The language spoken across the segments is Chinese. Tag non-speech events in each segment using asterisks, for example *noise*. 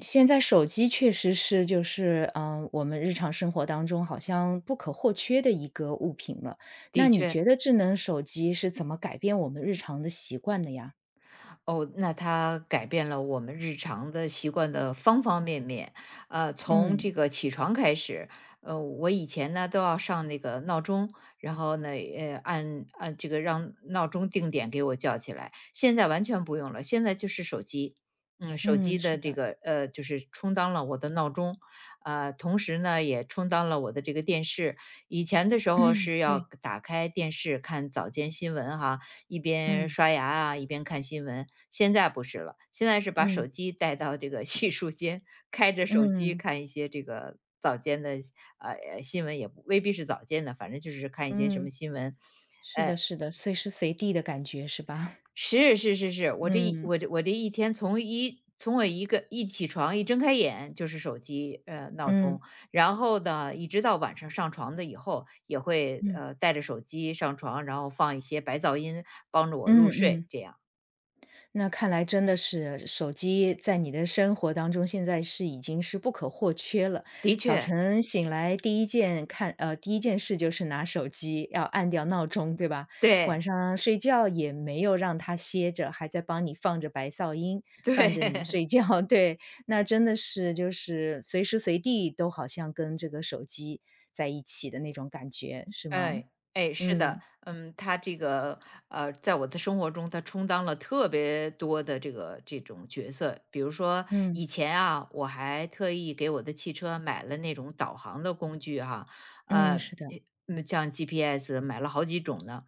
现在手机确实是我们日常生活当中好像不可或缺的一个物品了。那的你确。觉得智能手机是怎么改变我们日常的习惯的呀？哦，那它改变了我们日常的习惯的方方面面。从嗯，这个起床开始，我以前呢都要上那个闹钟。然后呢，按这个让闹钟定点给我叫起来。现在完全不用了，现在就是手机，手嗯，机是的这的，个就是充当了我的闹钟，同时呢也充当了我的这个电视。以前的时候是要对，打开电视看早间新闻哈，一边嗯，刷牙啊，一边看新闻。现在不是了，现在是把手嗯，机带到这个 *laughs* 洗漱间，开着手机嗯，看一些这个早间的新闻，也不未必是早间的，反正就是看一些什么嗯，新闻。是的，是的，随时随地的感觉是吧？*laughs* 是是是是，我这一嗯，我这我这一天从我一起床一睁开眼就是手机闹嗯，钟。然后呢，一直到晚上上床的以后，也会嗯，带着手机上床，然后放一些白噪音帮助我嗯入睡，嗯。这样。那看来真的是手机在你的生活当中，现在是已经是不可或缺了。的早确。晨醒来第一件看呃，第一件事就是拿手机，要按掉闹钟，对吧？晚对，上睡觉也没有让它歇着，还在帮你放着白噪音，伴着你对。睡 *laughs* 觉，*laughs* 对。那真的是就是随时随地都好像跟这个手机在一起的那种感觉，是吗？哎，哎，是的，嗯，他这个，在我的生活中，他充当了特别多的这个这种角色。比如说嗯，以前啊，我还特意给我的汽车买了那种导航的工具哈，呃，嗯，是的，像 GPS 买了好几种呢。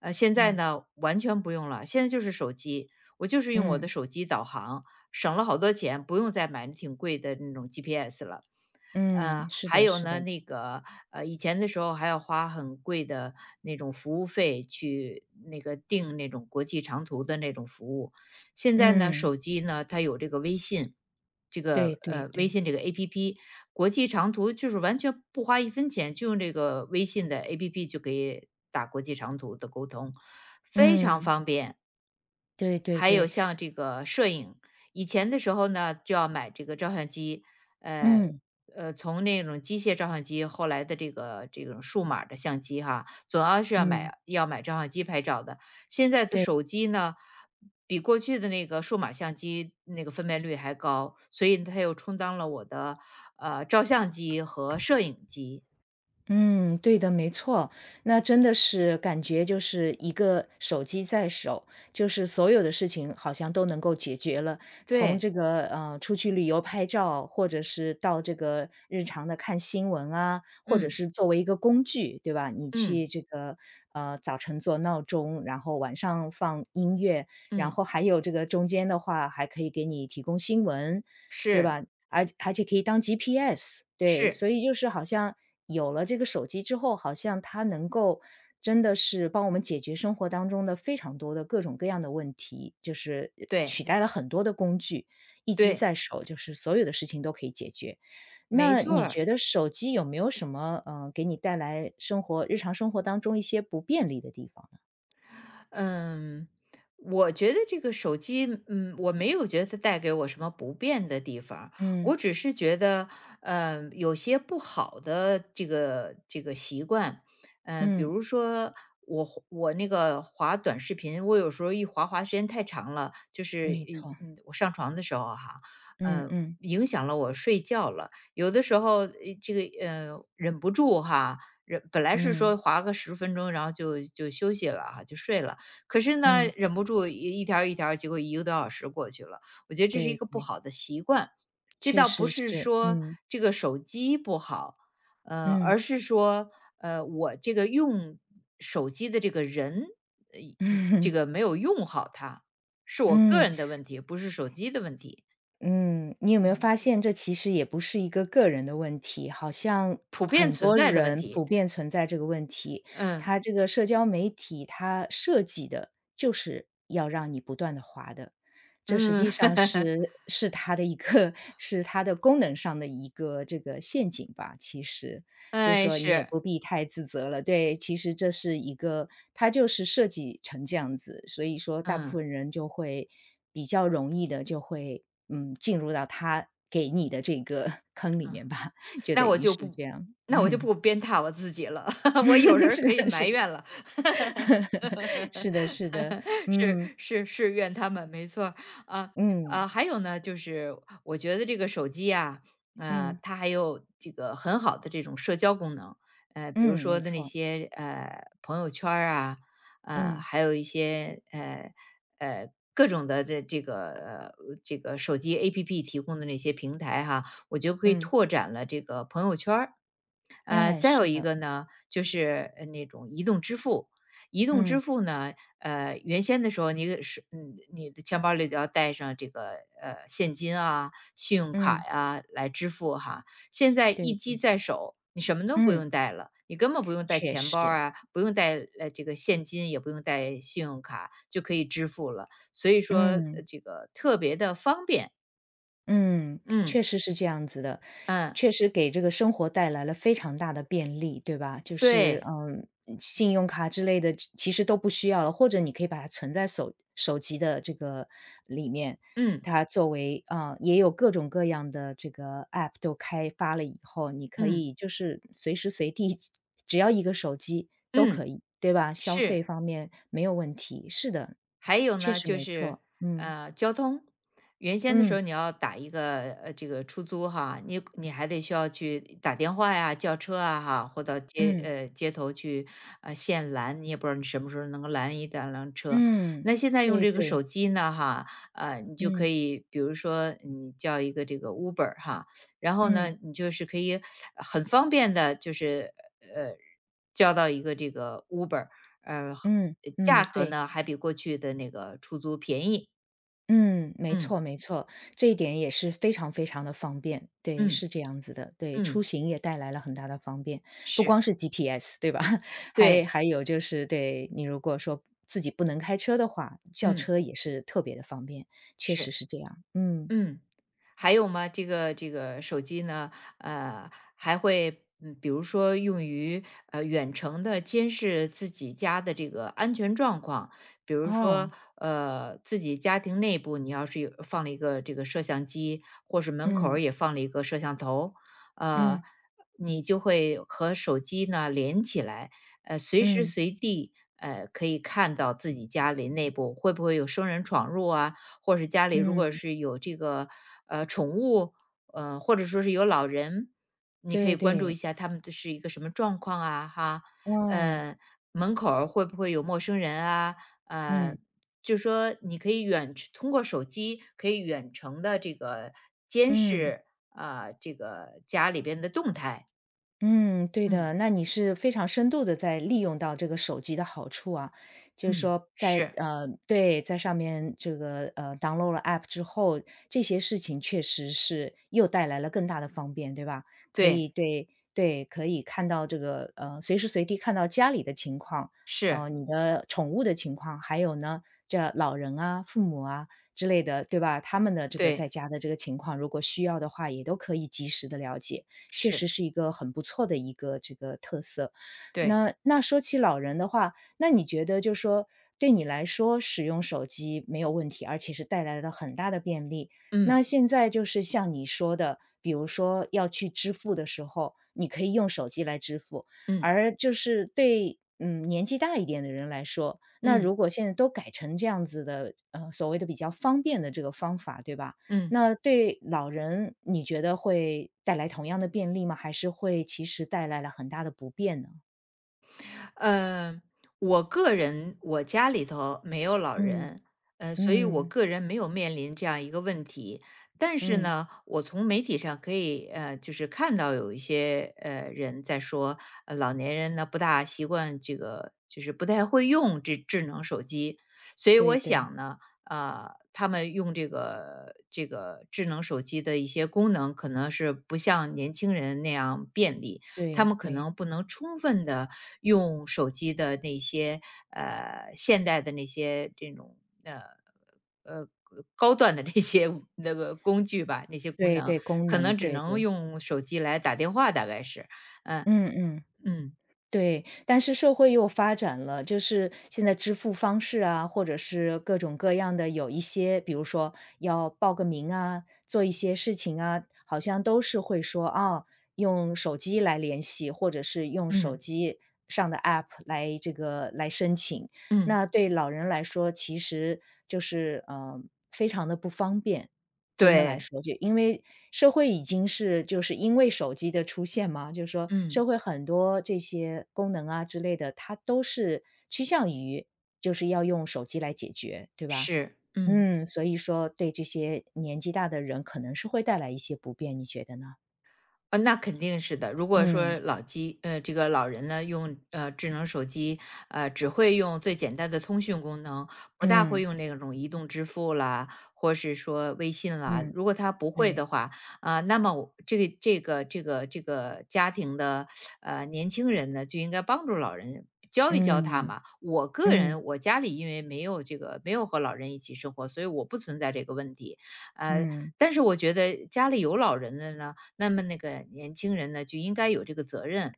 现在嗯，呢，完全不用了，现在就是手机，我就是用我嗯，的手机导航，省了好多钱，不用再买那挺贵的那种 GPS 了。嗯，是还的，有是呢，的。那个以前的时候还要花很贵的那种服务费去那个订那种国际长途的那种服务。现在呢，嗯，手机呢它有这个微信，这对个对微对，信这个 APP，国际长途就是完全不花一分钱，就用这个微信的 APP 就可以打国际长途的沟通，非常嗯，方便。对对还有对，像这个摄影，以前的时候呢，就要买这个照相机，呃嗯从那种机械照相机，后来的这个这种数码的相机哈，总要是要嗯，买要买照相机拍照的。现在的对。手机呢，比过去的那个数码相机那个分辨率还高，所以它又充当了我的照相机和摄影机。嗯，对的，没错。那真的是感觉就是一个手机在手，就是所有的事情好像都能够解决了。从对，这个呃出去旅游拍照，或者是到这个日常的看新闻啊，或者嗯是作为一个工具，对吧？你嗯去这个呃早晨做闹钟，然后晚上放音乐，然嗯，后还有这个中间的话还可以给你提供新闻，对是吧？而且可以当 GPS，对，是，所以就是好像有了这个手机之后，好像它能够真的是帮我们解决生活当中的非常多的各种各样的问题，就是对取代了很多的工具，一机对，在手，就是所有的事情都可以解决。没那错你觉儿。得手机有没有什么呃，给你带来生活日常生活当中一些不便利的地方呢？嗯，我觉得这个手机，我没有觉得它带给我什么不便的地方儿。嗯我只是觉得，有些不好的这个习惯。比嗯，如说我我那个滑短视频，我有时候一滑时间太长了，就是没错，我上床的时候哈，嗯嗯、呃嗯影响了我睡觉了。有的时候这个忍不住哈，本来是嗯说划个十分钟，然后就休息了哈，就睡了。可是呢，嗯，忍不住一条儿一条儿结果一个多小时过去了。我觉得这是对一个不对，好的习惯，这确倒不实是是，说嗯。这个手机不好，嗯 而 *laughs*，是说，我这个用手机的这个人，呃，这嗯，个 *laughs* 没有用好它，是我个嗯，人的问题，不是手机的问题，嗯，你有没有嗯。发现这其实也不是一个个人的问题，好像普遍很存多在的问人题。普遍存在这个问题。嗯，它这个社交媒体它设计的就是要让你不断的滑的，这实嗯。际上是 *laughs* 是它的一个 *laughs* 是它的功能上的一个这个陷阱吧，其实。就哎，说你也是，不必太自责了。对，其实这是一个它就是设计成这样子，所以说大部嗯，分人就会比较容易的就会，嗯，进入到他给你的这个 *laughs* 坑里嗯。面吧，就等那我于是就不这样。那我就 *laughs* 不鞭挞我自己了，*laughs* 我有 *laughs* 人是可以的是埋怨了，的，*laughs* 是的是的，*laughs* 是嗯，是是怨他们，没错儿。啊嗯，啊，还有呢，就是我觉得这个手机啊，嗯，它还有这个很好的这种社交功能，比如嗯，没说的那错，些朋友圈儿啊，嗯，还有一些各种的这个这个手机 APP 提供的那些平台哈，我觉得可以嗯，拓展了这个朋友圈儿。哎，再是有一的，个呢，就是那种移动支付。移动嗯，支付呢，原先的时候，你是你的钱包里都要带上这个现金啊、信用嗯，卡呀、来支付哈。现在对，一机在手，你什么都不嗯，用带了，你根本不用带确钱包实，啊，不用带这个现金，也不用带信用卡就可以支付了。所以说，嗯。这个特别的方便。嗯，嗯确实是这样子的，嗯，确实给这个生活带来了非常大的便利，对吧？就是，对，嗯，信用卡之类的其实都不需要了，或者你可以把它存在手机的这个里面，嗯它作为啊,也有各种各样的这个 App 都开发了以后，你可嗯以就是随时随地，只要一个手机都可嗯，以，对吧？消费是。方面没有问题，是的，还有确呢，实就没是错，嗯交通。原先的时嗯候，你要打一个这个出租哈，你还得需要去打电话呀、叫车啊哈，或到嗯。街头去现拦，你也不知道你什么时候能够拦一辆车。嗯，那现在用对这个对，手机呢哈，你就可嗯以比如说你叫一个这个 Uber 哈。然后嗯呢，你就是可以很方便的，就是呃叫到一个这个 Uber，呃嗯嗯，价格对，呢，还比过去的那个出租便宜。嗯，没嗯，错没错，这一点也是非常非常的方便，对，嗯，是这样子的，对，出嗯，行也带来了很大的方便，不是，光是 GPS，对吧？*laughs* 还对，还有就是，对你如果说自己不能开车的话，叫嗯，车也是特别的方便，确实是。是这样，嗯，嗯。还有吗？这个手机呢，呃，还会比如说用于远程的监视自己家的这个安全状况。比如说哦，自己家庭内部，你要是有放了一个这个摄像机，或是门口儿嗯也放了一个摄像头，呃，嗯你就会和手机呢连起来，随时嗯随地。可以看到自己家里内部会不会有生人闯入啊，或者是家里如果嗯，是有这个宠物，或者说是有老人，你可对以关注对，一下他们的是一个什么状况啊，哈，哦，呃，门口儿会不会有陌生人啊，嗯呃，就说你可以远程通过手机可以远程的这个监嗯。视啊、这个家里边的动态。嗯，对的，嗯那你是非常深度的在利用到这个手机的好处啊，就是嗯，说在是呃，对，在上面这个，呃，download 了 app 之后，这些事情确实是又带来了更大的方便，对吧？可对以对对，可以看到这个，呃，随时随地看到家里的情况，呃，是你的宠物的情况，还有呢，这老人啊、父母啊之类的，对吧？他们的这个在对家的这个情况，如果需要的话，也都可以及时的了解。确是实是一个很不错的一个这个特色。对，那那说起老人的话，那你觉得就说对你来说使用手机没有问题，而且是带来了很大的便利。嗯那现在就是像你说的，比如说要去支付的时候，你可以用手机来支付，嗯而就是对年纪大一点的人来说，那嗯如果现在都改成这样子的，呃，所谓的比较方便的这个方法，对吧？嗯。那对老人，你觉得会带来同样的便利吗？还是会其实带来了很大的不便呢？嗯，我个人我家里头没有老嗯，人，所以我嗯，个人没有面临这样一个问题。但是嗯，呢，我从媒体上可以，就是看到有一些人在说，老年人呢不大习惯这个，就是不太会用这智能手机。所以对我对，想呢，啊，他们用这个智能手机的一些功能，可能是不像年轻人那样便利，他对们可对，能不能充分的用手机的那些，现代的那些这种，呃，呃，高端的这些 *laughs* 那个工具吧，那些功对能，对，功可能，能只对能对，用手机来打电话大概是。嗯，嗯嗯。嗯，对，但是社会又发展了，就是现在支付方式啊，或者是各种各样的有一些，比如说要报个名啊，做一些事情啊，好像都是会说啊，用手机来联系，或者是用手嗯，机上的 app 来这个来申请。嗯，那对老人来说，其实就是呃，非常的不方便。真的来对，说，就因为社会已经是就是因为手机的出现嘛，就是说社嗯，会很多这些功能啊之类的，它都是趋向于就是要用手机来解决，对吧？是，嗯。嗯，所以说对这些年纪大的人可能是会带来一些不便，你觉得呢？那肯定是的。如果嗯说这个老人呢，用智能手机，只会用最简单的通讯功能，不大会嗯用那种移动支付啦，或是说微信啦。嗯，如果他不会的对，话，啊、那么我这个家庭的年轻人呢，就应该帮助老人教一教他嗯嘛。我个嗯人，我家里因为没有和老人一起生活，所以我不存在这个问题。呃，嗯但是我觉得家里有老人的呢。那么那个年轻人呢，就应该有这个责任。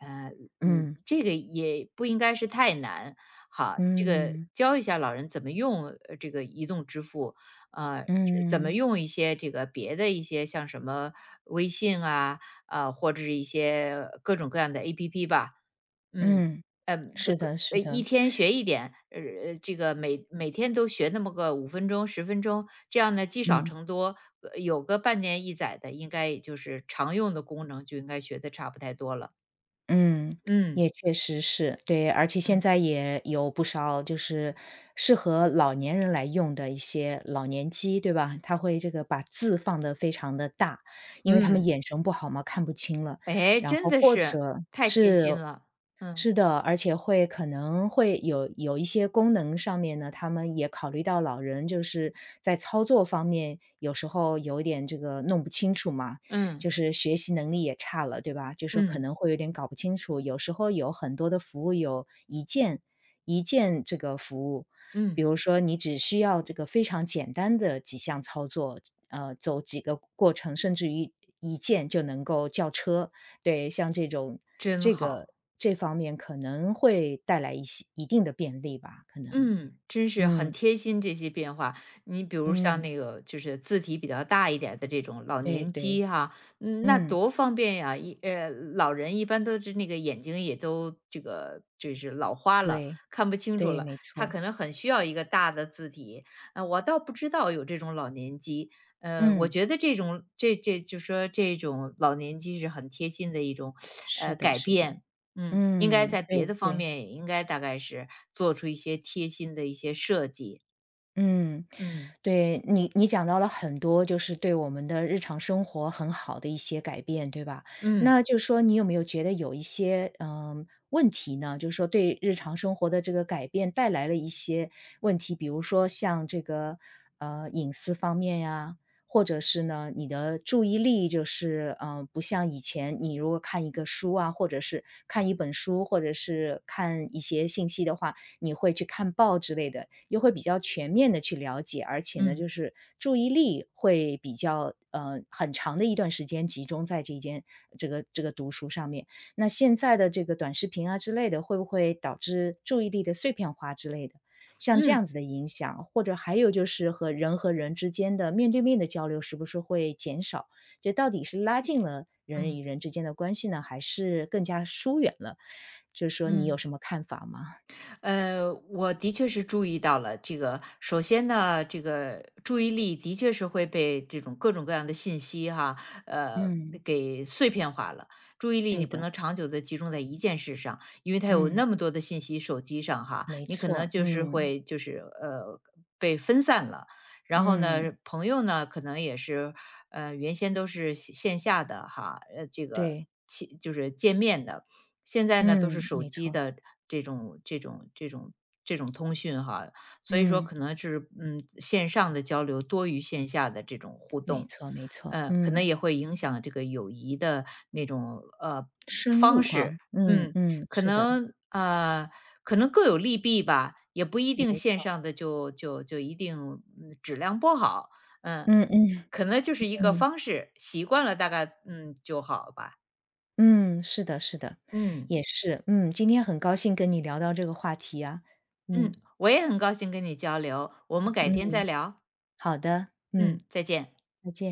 呃，嗯这个也不应该是太难。好，这个嗯嗯教一下老人怎么用这个移动支付，这怎么嗯，用一些这个别的一些像什么微信啊，或者是一些各种各样的 A P P 吧，嗯，嗯呃，是的，是一的，天学一点，这个每天都学那么个5分钟、十分钟，这样呢积少嗯。成多。有个半年一载的，应该就是常用的功能就应该学的差不太多了。嗯，也嗯，确实是。对，而且现嗯，在也有不少就是适合老年人来用的一些老年机，对吧？他会这个把字放得非常的大，因为他们嗯，眼神不好嘛，看不清了。哎，然真后的或是，者太贴是心了。嗯，是的，而且会可能会有有一些功能上面呢，他们也考虑到老人就是在操作方面，有时候有点这个弄不清楚嘛，嗯，就是学习能力也差了，对吧？就说可嗯，能会有点搞不清楚，有时候有很多的服务有一键一键这个服务，比嗯，如说你只需要这个非常简单的几项操作，呃，走几个过程，甚至于一键就能够叫车。对，像这种真这个好。这方面可能会带来一些一定的便利吧，可能。嗯，真是很嗯，贴心这些变化。你比如像嗯，那个就是字体比较大一点的这种老对年对，机哈，嗯，那嗯，多方便呀！老人一般都是那个眼睛也都这个就是老花了，对，看不清楚对，了，没他错。可能很需要一个大的字体。我倒不知道有这种老年机。我嗯，觉得这种这这就说这种老年机是很贴心的一种是的改是的，变。嗯，应该嗯，在对别的方对。面也应该大概是做出一些贴心的一些设计。嗯，嗯，对，你你讲到了很多，就是对我们的日常生活很好的一些改变，对吧？嗯，那就是说你有没有觉得有一些问题呢？就是说对日常生活的这个改变带来了一些问题，比如说像这个呃隐私方面呀，或者是呢你的注意力不像以前，你如果看一个书啊，或者是看一本书，或者是看一些信息的话，你会去看报之类的，又会比较全面的去了解，而且呢，就嗯，是注意力会比较呃，很长的一段时间集中在这一件这个这个读书上面。那现在的这个短视频啊之类的，会不会导致注意力的碎片化之类的？像这嗯，嗯，样子的影响，或者还有就是和人和人之间的面对面的交流是不是会减少？这到底是拉近了人嗯与人之间的关系呢，还是更加疏远了？就是说你有嗯。什么看法吗？我的确是注意到了这个。首先呢，这个注意力的确是会被这种各种各样的信息哈，呃，嗯。给碎片化了。注意力对你不的，能长久的集中在一件事上，因为它有嗯，那么多的信息，手机上哈，没你可能错，就是嗯，会被分散了。然后嗯，呢，朋友呢可能也是，原先都是线下的哈，这个。对，其就是见面的，现在呢，都是嗯，手没机错，的这种这种这种这种通讯哈。所以说嗯，可能是线上的交流多于线下的这种互没动，错，没错，可能嗯，也会影响这个友谊的那种深方入哈，式。嗯嗯，嗯，可是的，能可能各有利弊吧，也不一没定线错，上的就一定质量不好。嗯，嗯嗯可能就是一个嗯方式，习惯了大概就好吧。嗯，是的，是的，嗯。也是，嗯，今天很高兴跟你聊到这个话题啊，嗯，嗯我也很高兴跟你交流，我们改天嗯，再聊。好的，嗯，嗯，再见。再见。